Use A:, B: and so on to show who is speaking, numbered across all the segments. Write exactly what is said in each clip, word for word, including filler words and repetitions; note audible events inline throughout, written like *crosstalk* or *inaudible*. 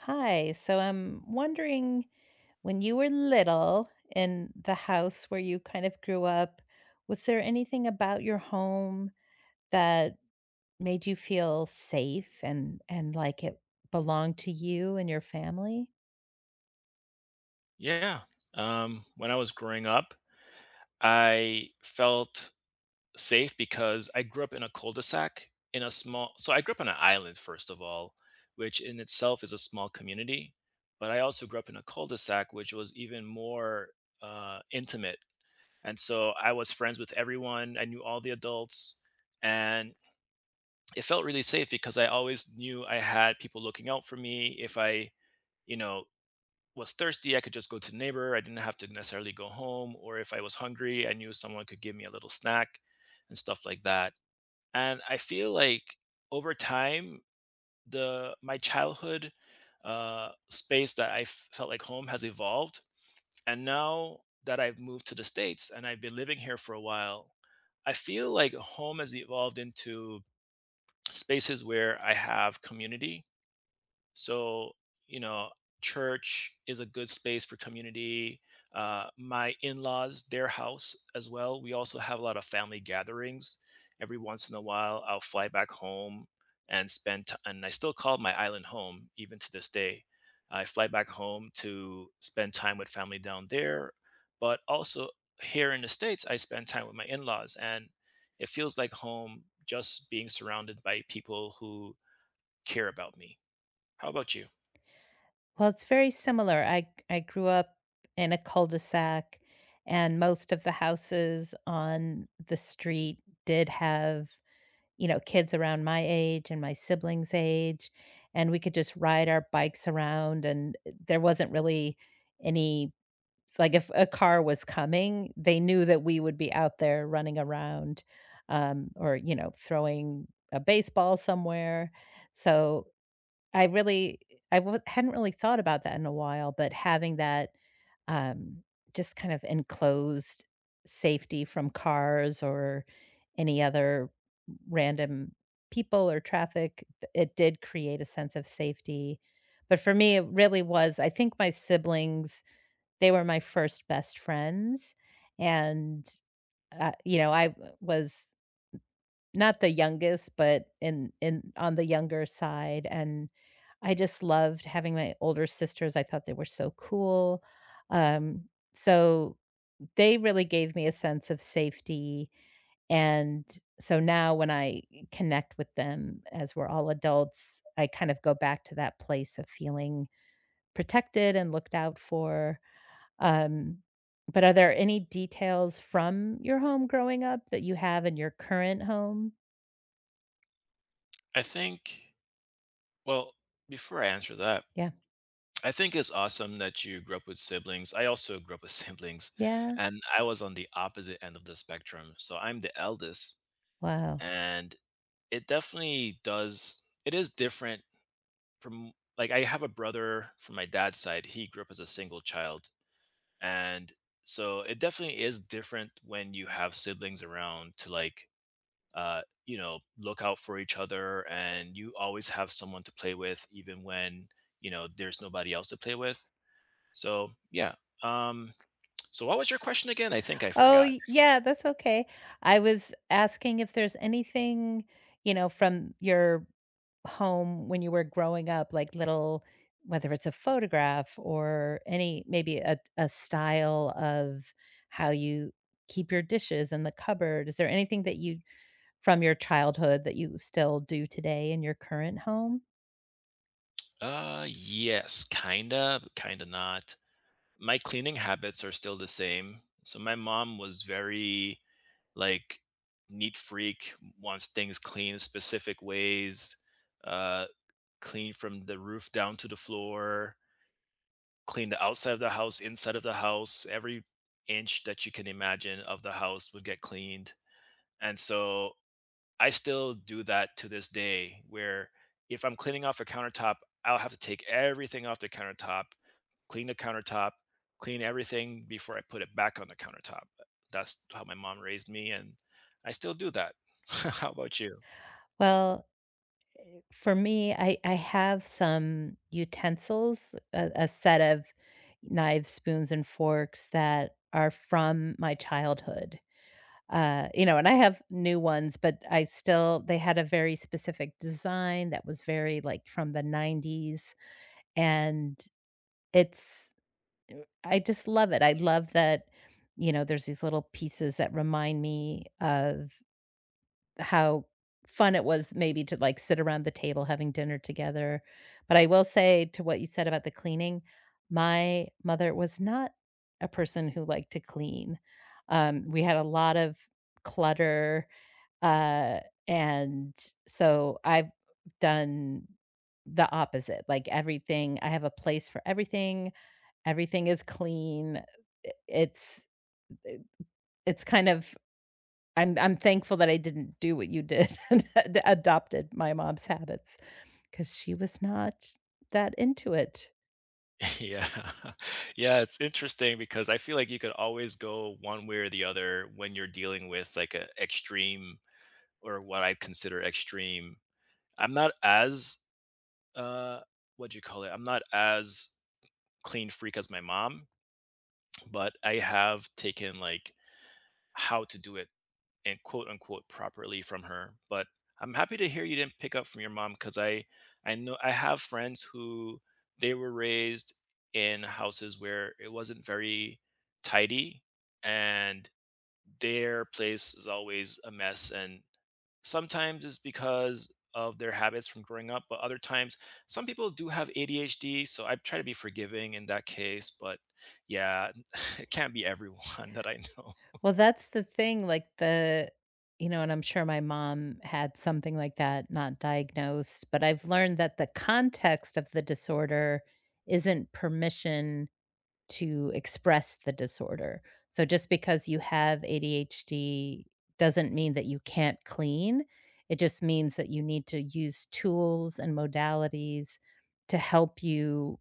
A: Hi. So I'm wondering when you were little in the house where you kind of grew up, was there anything about your home that made you feel safe and and like it belonged to you and your family?
B: Yeah. Um, when I was growing up, I felt safe because I grew up in a cul-de-sac in a small, so I grew up on an island, first of all, which in itself is a small community. But I also grew up in a cul-de-sac, which was even more uh, intimate. And so I was friends with everyone. I knew all the adults. And it felt really safe because I always knew I had people looking out for me. If I you know was thirsty, I could just go to the neighbor. I didn't have to necessarily go home. Or if I was hungry, I knew someone could give me a little snack and stuff like that. And I feel like over time, the my childhood uh, space that I f- felt like home has evolved. And now that I've moved to the States and I've been living here for a while, I feel like home has evolved into spaces where I have community so, you know, church is a good space for community. Uh, my in-laws, their house as well. We also have a lot of family gatherings. Every once in a while, I'll fly back home and spend. T- and I still call my island home even to this day. I fly back home to spend time with family down there, but also here in the states, I spend time with my in-laws, and it feels like home just being surrounded by people who care about me. How about you?
A: Well, it's very similar. I I grew up in a cul-de-sac, and most of the houses on the street did have, you know, kids around my age and my siblings' age, and we could just ride our bikes around, and eh, there wasn't really any like, if a car was coming, they knew that we would be out there running around, um, or, you know, throwing a baseball somewhere. So I really I w- hadn't really thought about that in a while, but having that, um, just kind of enclosed safety from cars or any other random people or traffic, th- it did create a sense of safety. But for me, it really was I think my siblings, they were my first best friends, and, uh, you know, I uh, was not the youngest, but in in on the younger side, and I just loved having my older sisters, I thought they were so cool, um, so they really gave me a sense of safety, and so now when I connect with them as we're all adults, I kind of go back to that place of feeling protected and looked out for, um, but are there any details from your home growing up that you have in your current home?
B: I think well, before I answer that,
A: Yeah.
B: I think it's awesome that you grew up with siblings. I also grew up with *laughs* siblings,
A: Yeah.
B: and I was on the opposite end of the spectrum. So I'm the eldest,
A: Wow.
B: and it definitely does it is different from like I have a brother from my dad's side. He grew up as a single child, and so it definitely is different when you have siblings around to like uh, you know, look out for each other, and you always have someone to play with, even when you know there's nobody else to play with. So yeah. Um, so what was your question again? I think I
A: Oh,
B: forgot.
A: y yeah, that's okay. I was asking if there's anything, you know, from your home when you were growing up, like little whether it's a photograph or any maybe a a style of how you keep your dishes in the cupboard. Is there anything that you from your childhood that you still do today in your current home?
B: Uh, yes, kinda, but kinda not. My cleaning habits are still the same. So my mom was very like neat freak, wants things clean specific ways, uh, clean from the roof down to the floor clean the outside of the house, inside of the house, every inch that you can imagine of the house would get cleaned. And so I still do that to this day where if I'm cleaning off a countertop, I'll have to take everything off the countertop, clean the countertop, clean everything before I put it back on the countertop. That's how my mom raised me and I still do that. *laughs* How about you?
A: Well, for me, I I have some utensils, a a set of knives, spoons, and forks that are from my childhood. Uh, you know, and I have new ones, but I still they had a very specific design that was very, like, from the nineties, and it's uh, I just love it. I love that, you know, there's these little pieces that remind me of how fun it was maybe to, like, sit around the table having dinner together. But I will say to what you said about the cleaning, my mother was not a person who liked to clean. Um, we had a lot of clutter, uh, and so I've done the opposite, like, everything I have a place for everything, everything is clean. it's it's kind of I'm I'm thankful that I didn't do what you did *laughs* and ad adopted my mom's habits because she was not that into it.
B: *laughs* Yeah. *laughs* Yeah, it's interesting because I feel like you could always go one way or the other when you're dealing with like a extreme or what I consider extreme. I'm not as uh what do you call it? I'm not as clean freak as my mom, but I have taken like how to do it and quote unquote properly from her. But I'm happy to hear you didn't pick up from your mom because I I know I have friends who they were raised in houses where it wasn't very tidy and their place is always a mess and sometimes it's because of their habits from growing up but other times some people do have A D H D so I try to be forgiving in that case but yeah *laughs* it can't be everyone *laughs* that I know
A: Well, that's the thing, like, the you know, and I'm sure my mom had something like that, not diagnosed, but I've learned that the context of the disorder isn't permission to express the disorder. So just because you have A D H D doesn't mean that you can't clean. It just means that you need to use tools and modalities to help you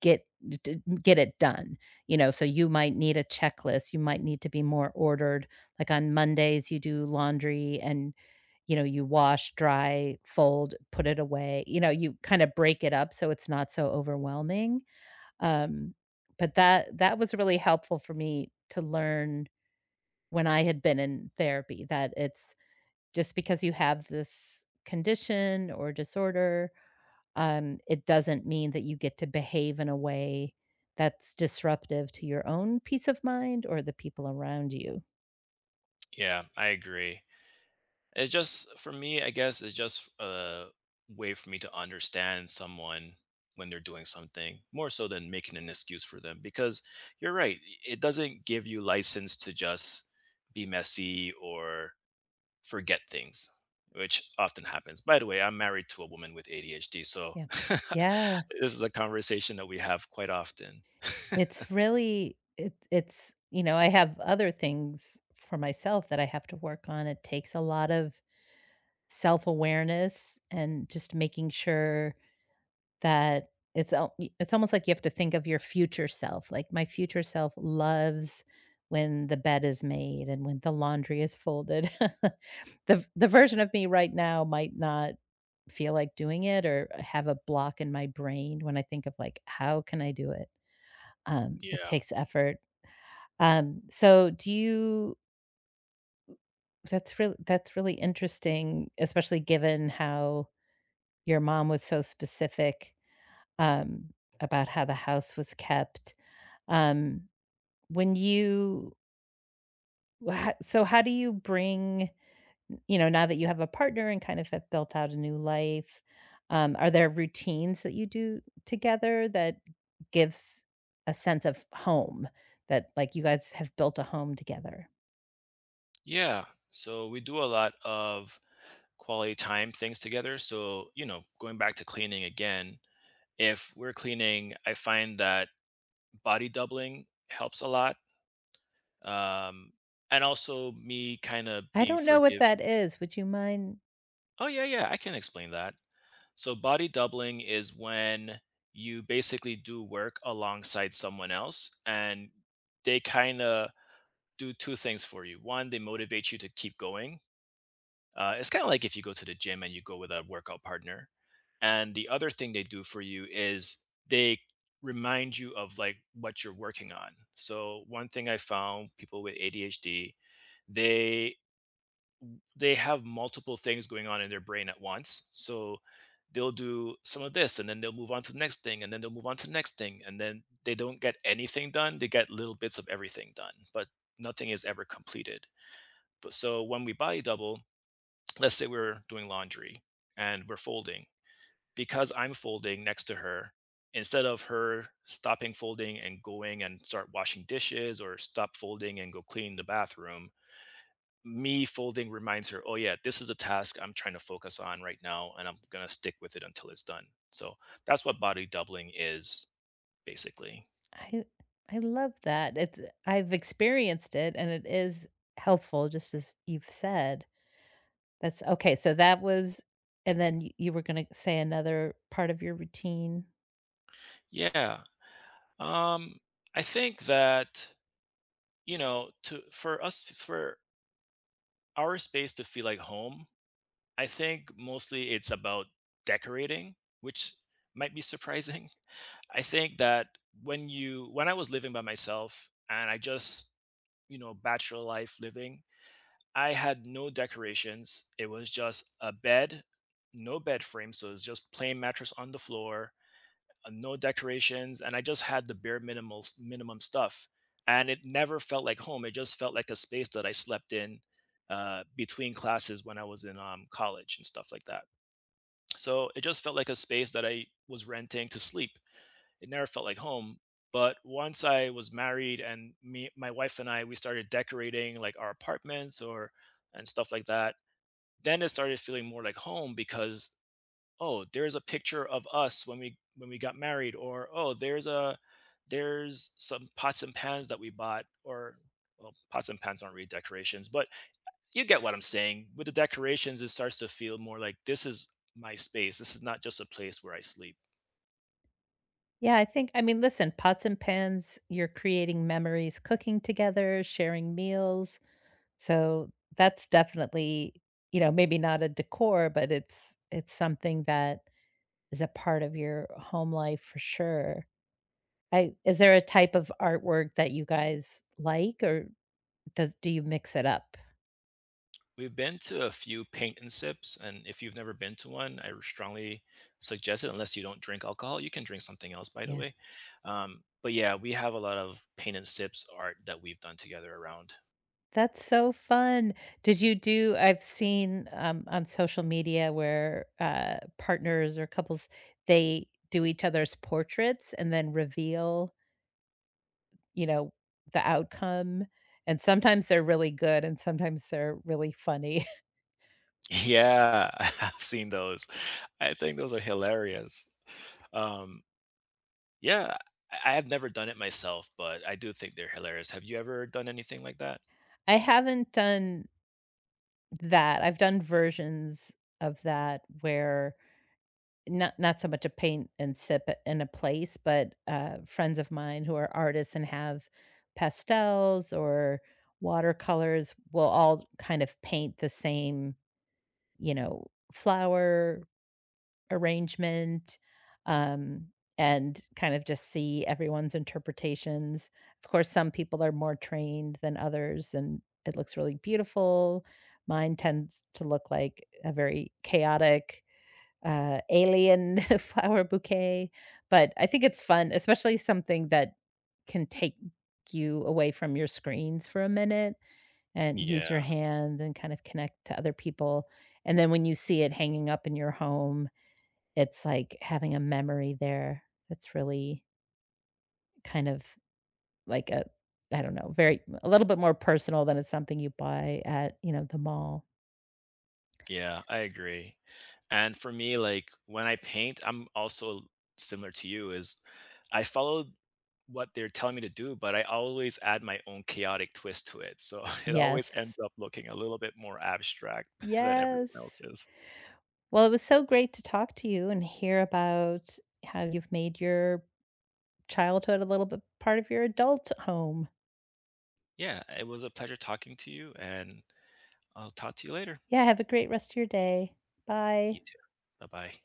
A: get d get it done, you know, so you might need a checklist, you might need to be more ordered, like, on Mondays, you do laundry and, you know, you wash, dry, fold, put it away, you know, you kinda break it up so it's not so overwhelming, um, but that that was really helpful for me to learn when I had been in therapy that it's just because you have this condition or disorder, um, it doesn't mean that you get to behave in a way that's disruptive to your own peace of mind or the people around you.
B: yeah I agree. It's just for me, I guess it's just a way for me to understand someone when they're doing something more so than making an excuse for them because you're right, it doesn't give you license to just be messy or forget things, which often happens. By the way, I'm married to a woman with A D H D, so
A: Yeah.
B: *laughs*
A: Yeah.
B: this is a conversation that we have quite often. *laughs*
A: It's really it it's, you know, I have other things for myself that I have to work on. It takes a lot of self-awareness and just making sure that it's al y it's almost like you have to think of your future self, like, my future self loves when the bed is made and when the laundry is folded. *laughs* The the version of me right now might not feel like doing it or have a block in my brain when I think of, like, "How can I do it?" Um, it
B: Yeah.
A: takes effort. Um, so do you that's really that's really interesting, especially given how your mom was so specific, um, about how the house was kept. Um, when you wha so how do you bring, you know, now that you have a partner and kind of have built out a new life, um, are there routines that you do together that gives a sense of home that, like, you guys have built a home together?
B: Yeah. So we do a lot of quality time things together. So, you know, going back to cleaning again, if we're cleaning, I find that body doubling helps a lot. Um, and also me kind of
A: I
B: being
A: don't know what
B: forgiving.
A: that is. Would you mind
B: Oh, yeah, yeah, I can explain that. So, body doubling is when you basically do work alongside someone else and they kind of do two things for you. One, they motivate you to keep going. Uh, it's kind of like if you go to the gym and you go with a workout partner. And the other thing they do for you is they remind you of like what you're working on. So one thing I found people with A D H D, they they have multiple things going on in their brain at once. So they'll do some of this and then they'll move on to the next thing and then they'll move on to the next thing and then they don't get anything done. They get little bits of everything done, but nothing is ever completed. But so when we body double, let's say we're doing laundry and we're folding because I'm folding next to her instead of her stopping folding and going and start washing dishes or stop folding and go clean the bathroom, me folding reminds her, oh yeah, this is a task I'm trying to focus on right now and I'm going to stick with it until it's done. So that's what body doubling is, basically.
A: I I love that. It's I've experienced it, and it is helpful just as you've said. That's okay, so that was and then y you were gonna say another part of your routine?
B: Yeah. um I think that you know to for us for our space to feel like home. I think mostly it's about decorating, which might be surprising. *laughs* I think that when you when I was living by myself and I just, you know, bachelor life living, I had no decorations. It was just a bed, no bed frame, so it's just plain mattress on the floor, uh, no decorations, and I just had the bare minimal minimum stuff. And it never felt like home. It just felt like a space that I slept in uh, between classes when I was in um, college and stuff like that. So it just felt like a space that I was renting to sleep. It never felt like home. But once I was married and me, my wife and I, we started decorating like our apartments or and stuff like that. Then it started feeling more like home because oh there's a picture of us when we when we got married or oh there's a there's some pots and pans that we bought or well pots and pans aren't really decorations but you get what I'm saying with the decorations, it starts to feel more like this is my space, this is not just a place where I sleep.
A: Yeah, I think I mean, listen, pots and pans, you're creating memories, cooking together, sharing meals, so that's definitely, you know, maybe not a decor, but it's it's something that is a part of your home life for sure. I is there a type of artwork that you guys like, or does do you mix it up?
B: We've been to a few paint and sips and if you've never been to one I strongly suggest it unless you don't drink alcohol, you can drink something else by the
A: Yeah.
B: way. Um, but yeah we have a lot of paint and sips art that we've done together around.
A: That's so fun. Did you do I've seen, um, on social media where, uh, partners or couples, they do each other's portraits and then reveal, you know, the outcome, and sometimes they're really good and sometimes they're really funny.
B: Yeah, *laughs* I've seen those. I think those are hilarious. Um, yeah, I I have never done it myself, but I do think they're hilarious. Have you ever done anything like that?
A: *laughs* I haven't done that. I've done versions of that where not not so much a paint and sip in a place, but, uh, friends of mine who are artists and have pastels or watercolors will all kind of paint the same, you know, flower arrangement, um, and kind of just see everyone's interpretations. Of course, some people are more trained than others, and it looks really beautiful. Mine tends to look like a very chaotic uh, alien *laughs* flower bouquet, but I think it's fun, especially something that can take you away from your screens for a minute and use your
B: Yeah,
A: hand and kind of connect to other people, and then when you see it hanging up in your home, it's like having a memory there that's really kind of like a I don't know, very a little bit more personal than it's something you buy at, you know, the mall.
B: yeah, I agree. And for me, like when I paint, I'm also similar to you, is I follow what they're telling me to do, but I always add my own chaotic twist to it. So *laughs* it always ends
A: Yes.
B: up looking a little bit more abstract *laughs* than everyone
A: Yes.
B: else's.
A: Well, it was so great to talk to you and hear about how you've made your childhood a little bit part of your adult home.
B: Yeah, it was a pleasure talking to you and I'll talk to you later.
A: Yeah, have a great rest of your day. Bye.
B: You too. Bye bye.